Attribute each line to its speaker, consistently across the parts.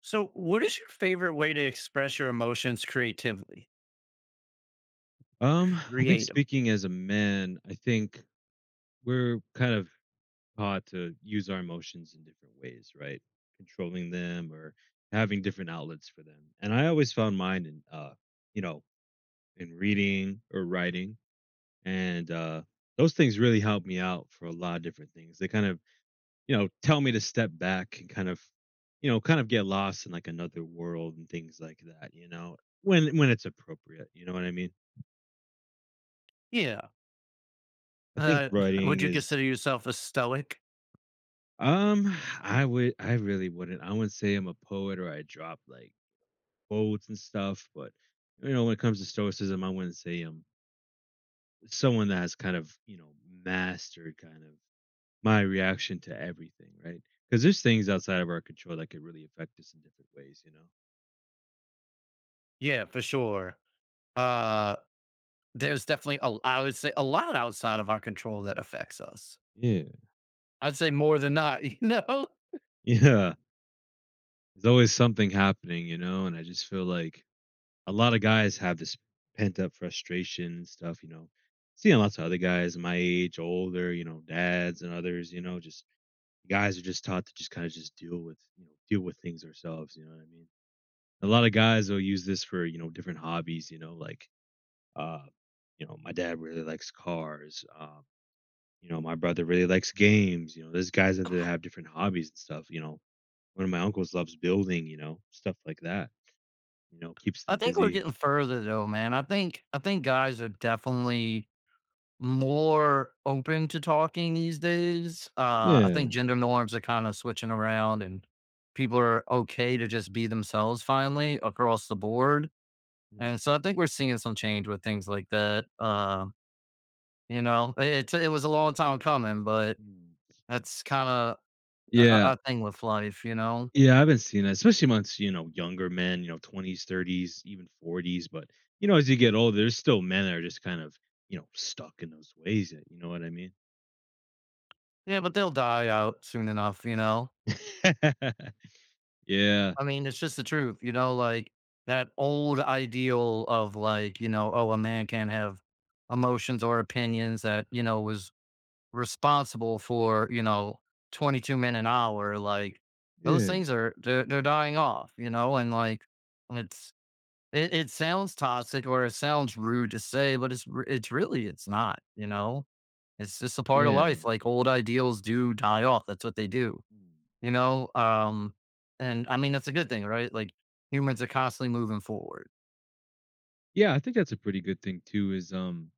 Speaker 1: So, what is your favorite way to express your emotions creatively?
Speaker 2: I think
Speaker 1: Creatively.
Speaker 2: speaking as a man, I think we're kind of taught to use our emotions in different ways, right? Controlling them or having different outlets for them. And I always found mine in, you know, in reading or writing, and those things really help me out for a lot of different things. They kind of, tell me to step back and kind of, kind of get lost in like another world and things like that. You know, when it's appropriate. You know what I mean?
Speaker 1: Yeah.
Speaker 2: I think
Speaker 1: Uh,
Speaker 2: writing
Speaker 1: would you
Speaker 2: is
Speaker 1: consider yourself a stoic?
Speaker 2: Um, I really wouldn't. I wouldn't say I'm a poet or I drop like quotes and stuff, but you know, when it comes to stoicism, I wouldn't say I'm someone that has kind of, you know, mastered kind of my reaction to everything, right? Because there's things outside of our control that could really affect us in different ways, you
Speaker 1: Yeah, for sure. Uh, there's definitely a, I would say a lot outside of our control that affects us.
Speaker 2: know? Yeah.
Speaker 1: I'd say more than not, you know.
Speaker 2: Yeah. There's always something happening, you know, and I just feel like a lot of guys have this pent up frustration and stuff, you know. Seeing lots of other guys my age, older, you know, dads and others, you know, just guys are just taught to just kind of just deal with, you know, deal with things ourselves, you know what I mean? A lot of guys will use this for, you know, different hobbies, you know, like uh, you know, my dad really likes cars. You know, my brother really likes games, you know, there's guys that have different hobbies and stuff, you know. One of my uncles loves building, you know, stuff like that. You know, keeps
Speaker 1: I
Speaker 2: them
Speaker 1: think we're
Speaker 2: busy.
Speaker 1: getting further though, man. I think guys are definitely more open to talking these days. I think
Speaker 2: Yeah.
Speaker 1: gender norms are kind of switching around and people are okay to just be themselves finally across the board.
Speaker 2: Mm,
Speaker 1: And so I think we're seeing some change with things like that. You know, it was a long time coming, but
Speaker 2: mm.
Speaker 1: that's kind of a,
Speaker 2: Yeah.
Speaker 1: a a thing with life, you know?
Speaker 2: Yeah, I haven't seen that, especially amongst, you know, younger men, you know, 20s, 30s, even 40s. But, you know, as you get older, there's still men that are just kind of, you know, stuck in those ways. That, you know what I mean?
Speaker 1: Yeah, but they'll die out soon enough, you know?
Speaker 2: Yeah. Yeah.
Speaker 1: I mean, it's just the truth, you know, like that old ideal of like, you know, oh, a man can't have emotions or opinions that, you know, was responsible for, you know, 22 men an hour. Like those things are, they're dying off, you know, and like it's, it sounds toxic or it sounds rude to say, but it's, it's really, it's not, you know, it's just a part of life.
Speaker 2: Yeah.
Speaker 1: Like old ideals do die off. That's what they do
Speaker 2: Mm.
Speaker 1: you know? Um, and I mean, that's a good thing, right? Like humans are constantly moving forward.
Speaker 2: Yeah. I think that's a pretty good thing, too, is,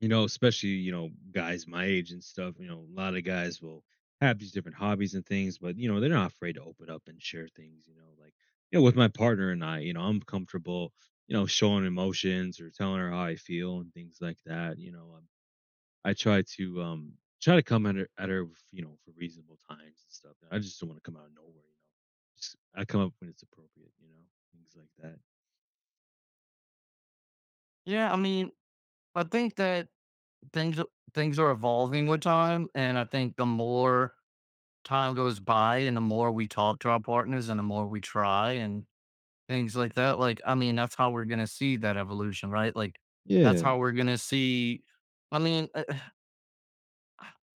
Speaker 2: you know, especially, you know, guys my age and stuff, you know, a lot of guys will have these different hobbies and things, but you know, they're not afraid to open up and share things, you know, like you know, with my partner and I, you know, I'm comfortable, you know, showing emotions or telling her how I feel and things like that. You know, I try to try to come at her, with, you know, for reasonable times and stuff. I just don't want to come out of nowhere, you know. Just I come up when it's appropriate, you know, things like that.
Speaker 1: Yeah. I mean, I think that things, things are evolving with time. And I think the more time goes by and the more we talk to our partners and the more we try and things like that, like, I mean, that's how we're going to see that evolution, right? Like that's
Speaker 2: Yeah.
Speaker 1: how we're going to see, I mean,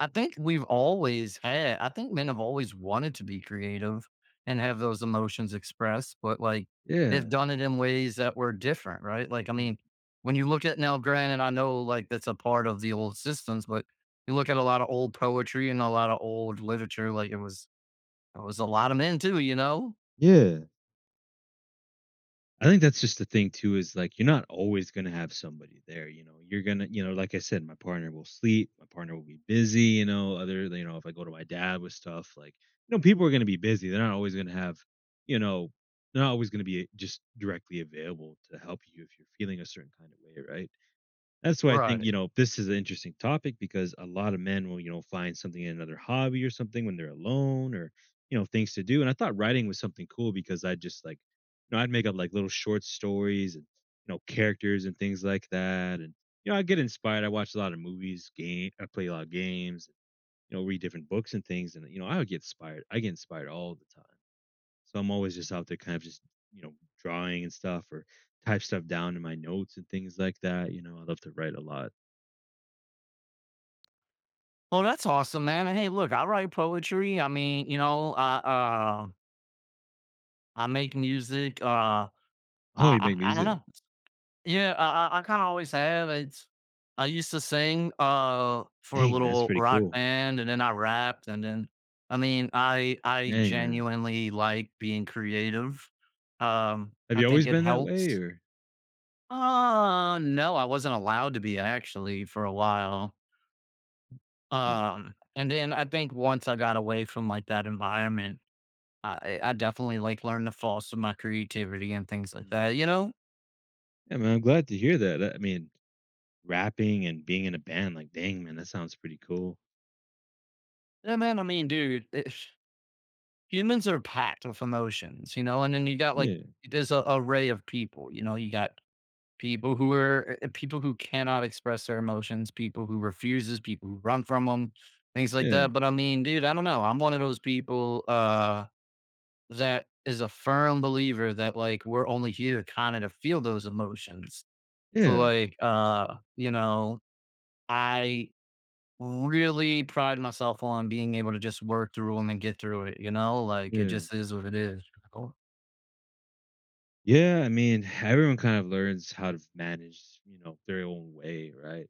Speaker 1: I think men have always wanted to be creative and have those emotions expressed, but like
Speaker 2: Yeah.
Speaker 1: they've done it in ways that were different, right? Like, I
Speaker 2: Mm.
Speaker 1: mean, when you look at now, granted, I know like that's a part of the old systems, but you look at a lot of old poetry and a lot of old literature, like it was a lot of men too, you know?
Speaker 2: Yeah. I think that's just the thing too is like you're not always going to have somebody there, you know. You're going to, you know, like I said, my partner will sleep, my partner will be busy, you know, other, you know, if I go to my dad with stuff like, you know, people are going to be busy. They're not always going to have, you know, they're not always going to be just directly available to help you if you're feeling a certain kind of way, right? That's why I think,
Speaker 1: Right.
Speaker 2: you know, this is an interesting topic because a lot of men will, you know, find something in another hobby or something when they're alone or, you know, things to do. And I thought writing was something cool because I just like, you know, I'd make up like little short stories and, you know, characters and things like that. And, you know, I get inspired. I watch a lot of movies, game, I play a lot of games, you know, read different books and things. And, you know, I would get inspired. I get inspired all the time. So I'm always just out there kind of just, you know, drawing and stuff or type stuff down in my notes and things like that. You know, I love to write a lot.
Speaker 1: Well, that's awesome, man. And hey, look, I write poetry. I mean, you know, I I make music.
Speaker 2: Oh, you make
Speaker 1: I don't
Speaker 2: music.
Speaker 1: know. Yeah, I kinda always have, it's I used to sing, for a
Speaker 2: Dang, man, that's
Speaker 1: little
Speaker 2: pretty
Speaker 1: rock
Speaker 2: cool.
Speaker 1: band, and then I rapped, and then I mean, I
Speaker 2: Dang, man.
Speaker 1: genuinely like being creative.
Speaker 2: Have
Speaker 1: I
Speaker 2: you
Speaker 1: think
Speaker 2: always
Speaker 1: it
Speaker 2: been that way
Speaker 1: helps.
Speaker 2: or
Speaker 1: No, I wasn't allowed to be actually for a while.
Speaker 2: no?
Speaker 1: And then I think once I got away from, like, that environment, I definitely, like, learned to foster my creativity and things like
Speaker 2: Mm.
Speaker 1: that, you know?
Speaker 2: Yeah, man, I'm glad to hear that. I mean, rapping and being in a band, like, dang, man, that sounds pretty cool.
Speaker 1: Yeah, man, I mean, dude, humans are packed with emotions, you know, and then you got like
Speaker 2: Yeah,
Speaker 1: there's a array of people, you know, you got people who are people who cannot express their emotions, people who refuses, people who run from them, things like
Speaker 2: yeah,
Speaker 1: that. But I mean, dude, I don't know. I'm one of those people that is a firm believer that like we're only here kind of to feel those emotions. So
Speaker 2: yeah,
Speaker 1: like you know, I really pride myself on being able to just work through them and get through it, you know? Like it
Speaker 2: yeah.
Speaker 1: just is what it is.
Speaker 2: Yeah, I mean, everyone kind of learns how to manage, you know, their own way, right?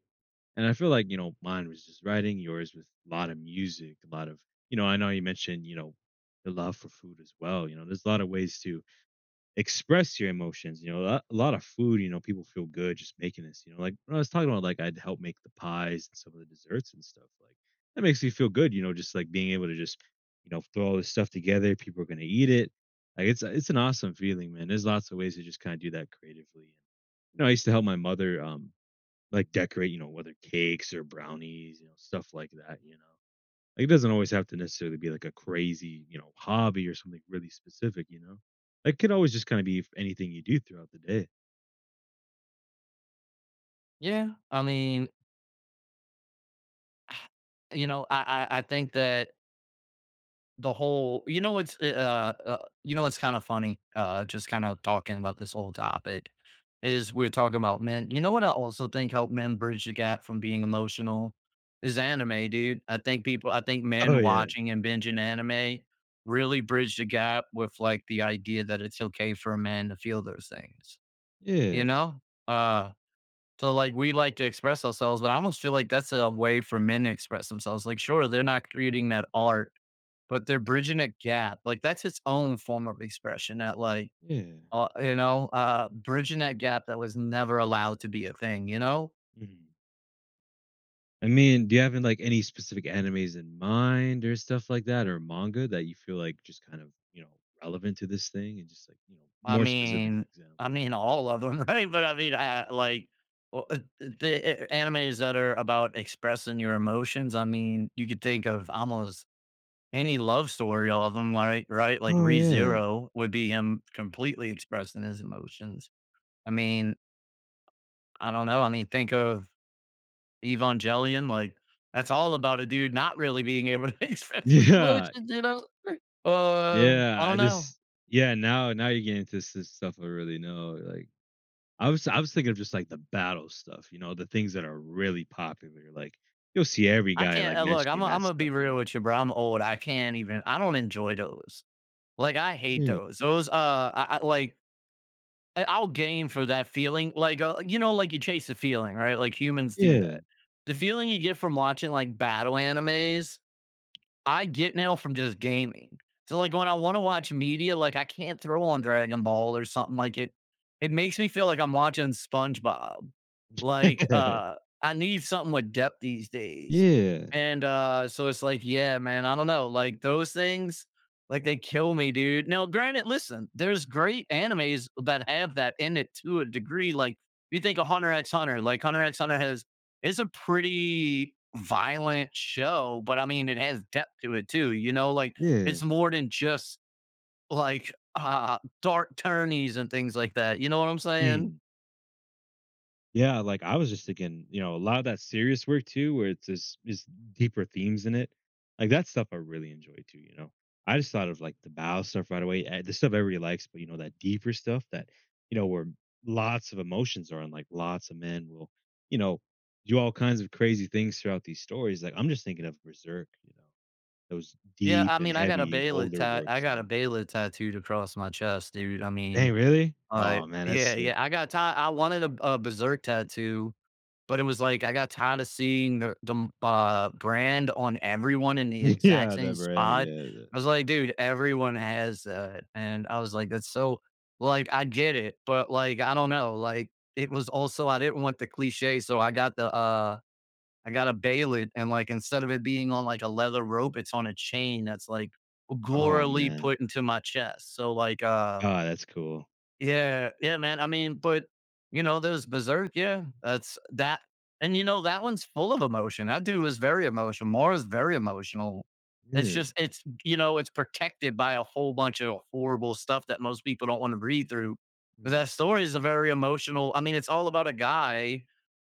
Speaker 2: And I feel like, you know, mine was just writing, yours with a lot of music, a lot of, you know, I know you mentioned, you know, the love for food as well. You know, there's a lot of ways to express your emotions. You know, a lot of food, you know, people feel good just making this. You know, like when I was talking about, like I'd help make the pies and some of the desserts and stuff. Like that makes me feel good. You know, just like being able to just, you know, throw all this stuff together. People are gonna eat it. Like it's an awesome feeling, man. There's lots of ways to just kind of do that creatively. And you know, I used to help my mother, like decorate, you know, whether cakes or brownies, you know, stuff like that. You know. Like, it doesn't always have to necessarily be like a crazy, you know, hobby or something really specific, you know? It could always just kind of be anything you do throughout the day.
Speaker 1: Yeah, I mean, you know, I think that the whole, you know, you know, it's kind of funny, just kind of talking about this whole topic is we're talking about men. You know what I also think help men bridge the gap from being emotional is anime, dude. I think
Speaker 2: Oh
Speaker 1: men
Speaker 2: yeah,
Speaker 1: watching and binging anime really bridge the gap with like the idea that it's okay for a man to feel those things. You
Speaker 2: yeah,
Speaker 1: know, uh, so like we like to express ourselves, but I almost feel like that's a way for men to express themselves. Like, sure, they're not creating that art, but they're bridging a gap. Like that's its own form of expression. That like,
Speaker 2: yeah.
Speaker 1: you know, bridging that gap that was never allowed to be a thing. You know,
Speaker 2: Mhm. I mean, do you have like any specific animes in mind or stuff like that or manga that you feel like just kind of, you know, relevant to this thing and just like, you know,
Speaker 1: I
Speaker 2: more specific
Speaker 1: mean,
Speaker 2: example?
Speaker 1: I mean all of them, right? But I mean, I, like well, the animes that are about expressing your emotions. I mean, you could think of almost any love story of him, right? Right? Like
Speaker 2: Oh yeah.
Speaker 1: ReZero would be him completely expressing his emotions. I mean, I don't know. I mean, think of Evangelion. Like that's all about a dude not really being able to express his
Speaker 2: Yeah.
Speaker 1: emotions. You know? I
Speaker 2: Yeah.
Speaker 1: don't know.
Speaker 2: Yeah. Now you're getting into stuff I really know. Like, I was thinking of just, like, the battle stuff, you know, the things that are really popular, like, you'll see every
Speaker 1: I
Speaker 2: guy,
Speaker 1: can't
Speaker 2: like,
Speaker 1: look.
Speaker 2: mentioning that
Speaker 1: I'm gonna
Speaker 2: stuff,
Speaker 1: be real
Speaker 2: you
Speaker 1: with you, bro. I'm old. I can't even. I don't enjoy those. Like I hate
Speaker 2: Mm,
Speaker 1: those. I like. I'll gain for that feeling. Like, you know, like you chase a feeling, right? Like humans do
Speaker 2: yeah.
Speaker 1: that. The feeling you get from watching like battle animes I get now from just gaming. So, like, when I wanna watch media, like, I can't throw on Dragon Ball or something like it makes me feel like I'm watching SpongeBob. Like, I need something with depth these days.
Speaker 2: Yeah,
Speaker 1: And, so it's like, yeah, man, I don't know, like, those things, like, they kill me, dude. Now, granted, listen, there's great animes that have that in it to a degree, like, you think of Hunter X Hunter, like, Hunter X Hunter has it's a pretty violent show, but I mean, it has depth to it too. You know, like it's
Speaker 2: yeah.
Speaker 1: more than just like dark turnies and things like that. You know what I'm saying?
Speaker 2: Mm. Yeah, like I was just thinking, you know, a lot of that serious work too, where it's just deeper themes in it. Like that stuff I really enjoy too, you know. I just thought of like the Bao stuff right away. The stuff everybody likes, but you know, that deeper stuff that, you know, where lots of emotions are and like lots of men will, you know, do all kinds of crazy things throughout these stories. Like I'm just thinking of Berserk, you know, those
Speaker 1: Yeah,
Speaker 2: deep
Speaker 1: I
Speaker 2: and
Speaker 1: mean, I got a
Speaker 2: heavy
Speaker 1: Bela
Speaker 2: older
Speaker 1: tat, I
Speaker 2: works, you
Speaker 1: got a
Speaker 2: know.
Speaker 1: Bela tattooed across my chest, dude. I
Speaker 2: Hey,
Speaker 1: mean,
Speaker 2: really? Oh man, that's
Speaker 1: yeah,
Speaker 2: sick.
Speaker 1: yeah, I got ti I wanted a Berserk tattoo, but it was like, I got tired of seeing the brand on everyone in the exact
Speaker 2: Yeah, the
Speaker 1: same
Speaker 2: bread,
Speaker 1: spot.
Speaker 2: yeah.
Speaker 1: I was like, "Dude, everyone has that," and I was like, "That's so" like, I get it, but, like, I don't know, like, it was also I didn't want the cliche, so I got the I got a Baylin, and, like, instead of it being on, like, a leather rope, it's on a chain that's, like,
Speaker 2: Oh
Speaker 1: gorily
Speaker 2: man.
Speaker 1: put into my chest. So, like,
Speaker 2: Oh, that's cool.
Speaker 1: yeah, yeah, man. I mean, but you know, there's Berserk. Yeah, and you know that one's full of emotion. That dude was very emotional. Mara's very emotional. It's
Speaker 2: Yeah.
Speaker 1: just it's you know it's protected by a whole bunch of horrible stuff that most people don't want to read through. But
Speaker 2: Mm.
Speaker 1: that story is a very emotional. I mean, it's all about a guy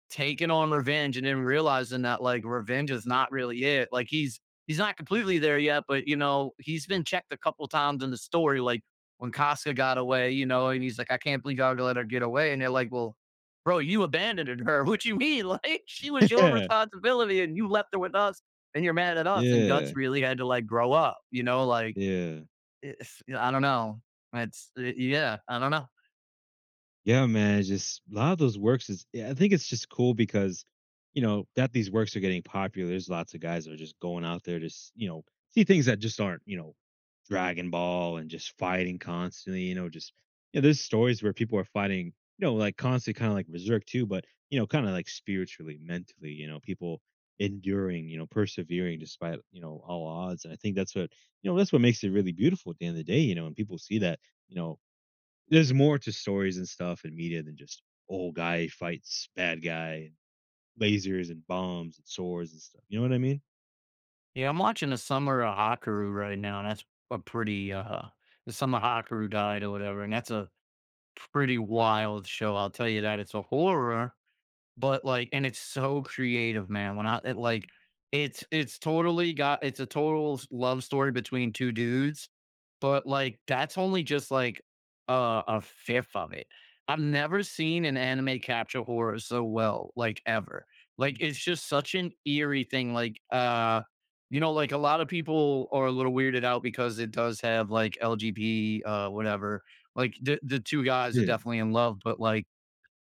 Speaker 1: taking on revenge and then realizing that like revenge is not really it. He's not completely there yet, but you know, he's been checked a couple times in the story, like when Casca got away, you know, and he's like, I can't believe y'all gonna let her get away. And they're like, well, bro, you abandoned her. What you mean? Like she was your
Speaker 2: Yeah,
Speaker 1: responsibility and you left her with us and you're mad at us. And
Speaker 2: yeah,
Speaker 1: Guts really had to like grow up, you know, like
Speaker 2: yeah.
Speaker 1: I don't know. Yeah, I don't know.
Speaker 2: Yeah, man, it's just a lot of those works is yeah, I think it's just cool because, you know, that these works are getting popular. There's lots of guys that are just going out there to, you know, see things that just aren't, you know, Dragon Ball and just fighting constantly, you know, just yeah, there's stories where people are fighting, you know, like constantly kind of like berserk too, but you know, kind of like spiritually, mentally, you know, people enduring, you know, persevering despite, you know, all odds. And I think that's what, you know, that's what makes it really beautiful at the end of the day, you know, and people see that, you know, there's more to stories and stuff and media than just old guy fights bad guy lasers and bombs and swords and stuff. You know what I mean?
Speaker 1: Yeah, I'm watching the Summer of Hakoru right now, and that's a pretty the Summer Hakoru died or whatever, and that's a pretty wild show. I'll tell you that it's a horror, but, like and it's so creative, man, when I it,
Speaker 2: Mm,
Speaker 1: like it's totally got it's a total s love story between 2 dudes, but, like, that's only just, like, a fifth of it. I've never seen an anime capture horror so well, like, ever. Like,
Speaker 2: mm.
Speaker 1: it's just such an eerie thing, like, you know, like, a lot of people are a little weirded out because it does have, like, LGB, whatever. Like, the 2 guys are
Speaker 2: Yeah.
Speaker 1: definitely in love, but, like,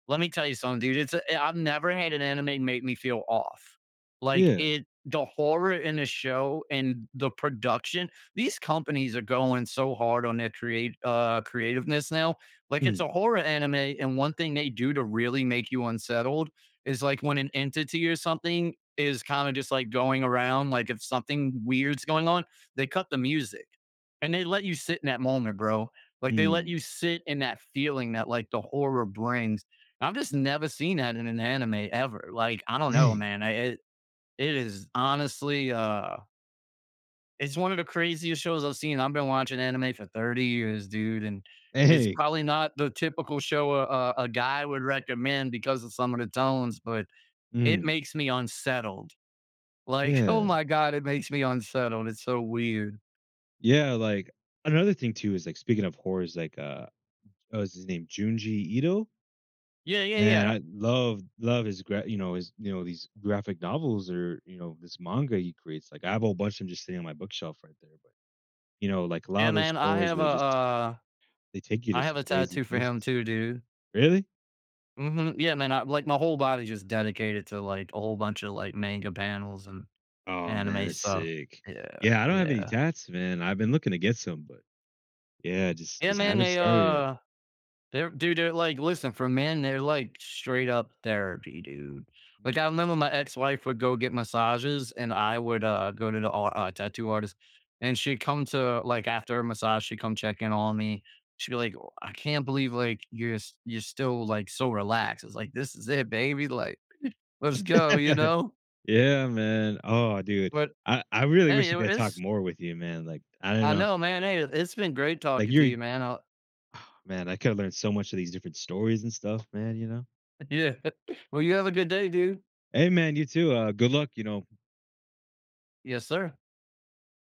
Speaker 1: let me tell you something, dude. I've never had an anime make me feel off. Like
Speaker 2: Yeah.
Speaker 1: it, the horror in the show and the production. These companies are going so hard on their create creativeness now. Like it's
Speaker 2: Mm,
Speaker 1: a horror anime, and one thing they do to really make you unsettled is like when an entity or something is kind of just like going around. Like if something weird's going on, they cut the music and they let you sit in that moment, bro. Like they let
Speaker 2: mm.
Speaker 1: you sit in that feeling that like the horror brings. I've just never seen that in an anime ever. Like I don't know,
Speaker 2: Dang.
Speaker 1: man. I, it is honestly it's one of the craziest shows I've seen. I've been watching anime for 30 years, dude, and it's
Speaker 2: Dang.
Speaker 1: probably not the typical show a guy would recommend because of some of the tones, but it
Speaker 2: Mm,
Speaker 1: makes me unsettled. Like, oh
Speaker 2: yeah.
Speaker 1: my god, it makes me unsettled. It's so weird.
Speaker 2: Yeah, like, another thing too is, like, speaking of horror is, like, oh, what's his name? Junji Ito?
Speaker 1: Yeah, yeah,
Speaker 2: Man,
Speaker 1: yeah,
Speaker 2: I love his gra you know, his you know, these graphic novels or, you know, this manga he creates, like, I have a whole bunch of them just sitting on my bookshelf right there, but, you know, like, a lot
Speaker 1: yeah,
Speaker 2: of those
Speaker 1: man.
Speaker 2: stories where they just they take you to
Speaker 1: I have
Speaker 2: some
Speaker 1: a
Speaker 2: crazy
Speaker 1: tattoo for him
Speaker 2: places.
Speaker 1: too, dude.
Speaker 2: Really?
Speaker 1: Mhm, yeah, man, I like, my whole body's just dedicated to, like, a whole bunch of, like, manga panels and
Speaker 2: Oh, man,
Speaker 1: anime
Speaker 2: it's
Speaker 1: stuff.
Speaker 2: sick.
Speaker 1: Yeah,
Speaker 2: Yeah, I don't have any
Speaker 1: yeah.
Speaker 2: tats, man. I've been looking to get some, but yeah,
Speaker 1: Yeah,
Speaker 2: just
Speaker 1: man,
Speaker 2: haven't started
Speaker 1: they're dude, they're like, listen, for men, they're like straight up therapy, dude. Like I remember my ex-wife would go get massages and I would go to the tattoo artist and she'd come to like after her massage, she'd come check in on me. She'd be like, "Oh, I can't believe like you're still like so relaxed. It's like this is it, baby. Like, let's go, you
Speaker 2: it.
Speaker 1: know?"
Speaker 2: Yeah, man. Oh, dude.
Speaker 1: But
Speaker 2: I really
Speaker 1: hey,
Speaker 2: wish I could talk
Speaker 1: it's
Speaker 2: more with you, man. Like, I don't
Speaker 1: I
Speaker 2: know.
Speaker 1: know, man. Hey, it's been great
Speaker 2: Like
Speaker 1: talking to
Speaker 2: you're
Speaker 1: you, man. I
Speaker 2: oh, man, I could have learned so much of these different stories and stuff, man, you know.
Speaker 1: yeah. Well, you have a good day, dude.
Speaker 2: Hey man, you too. Good luck, you know,
Speaker 1: Yes, sir.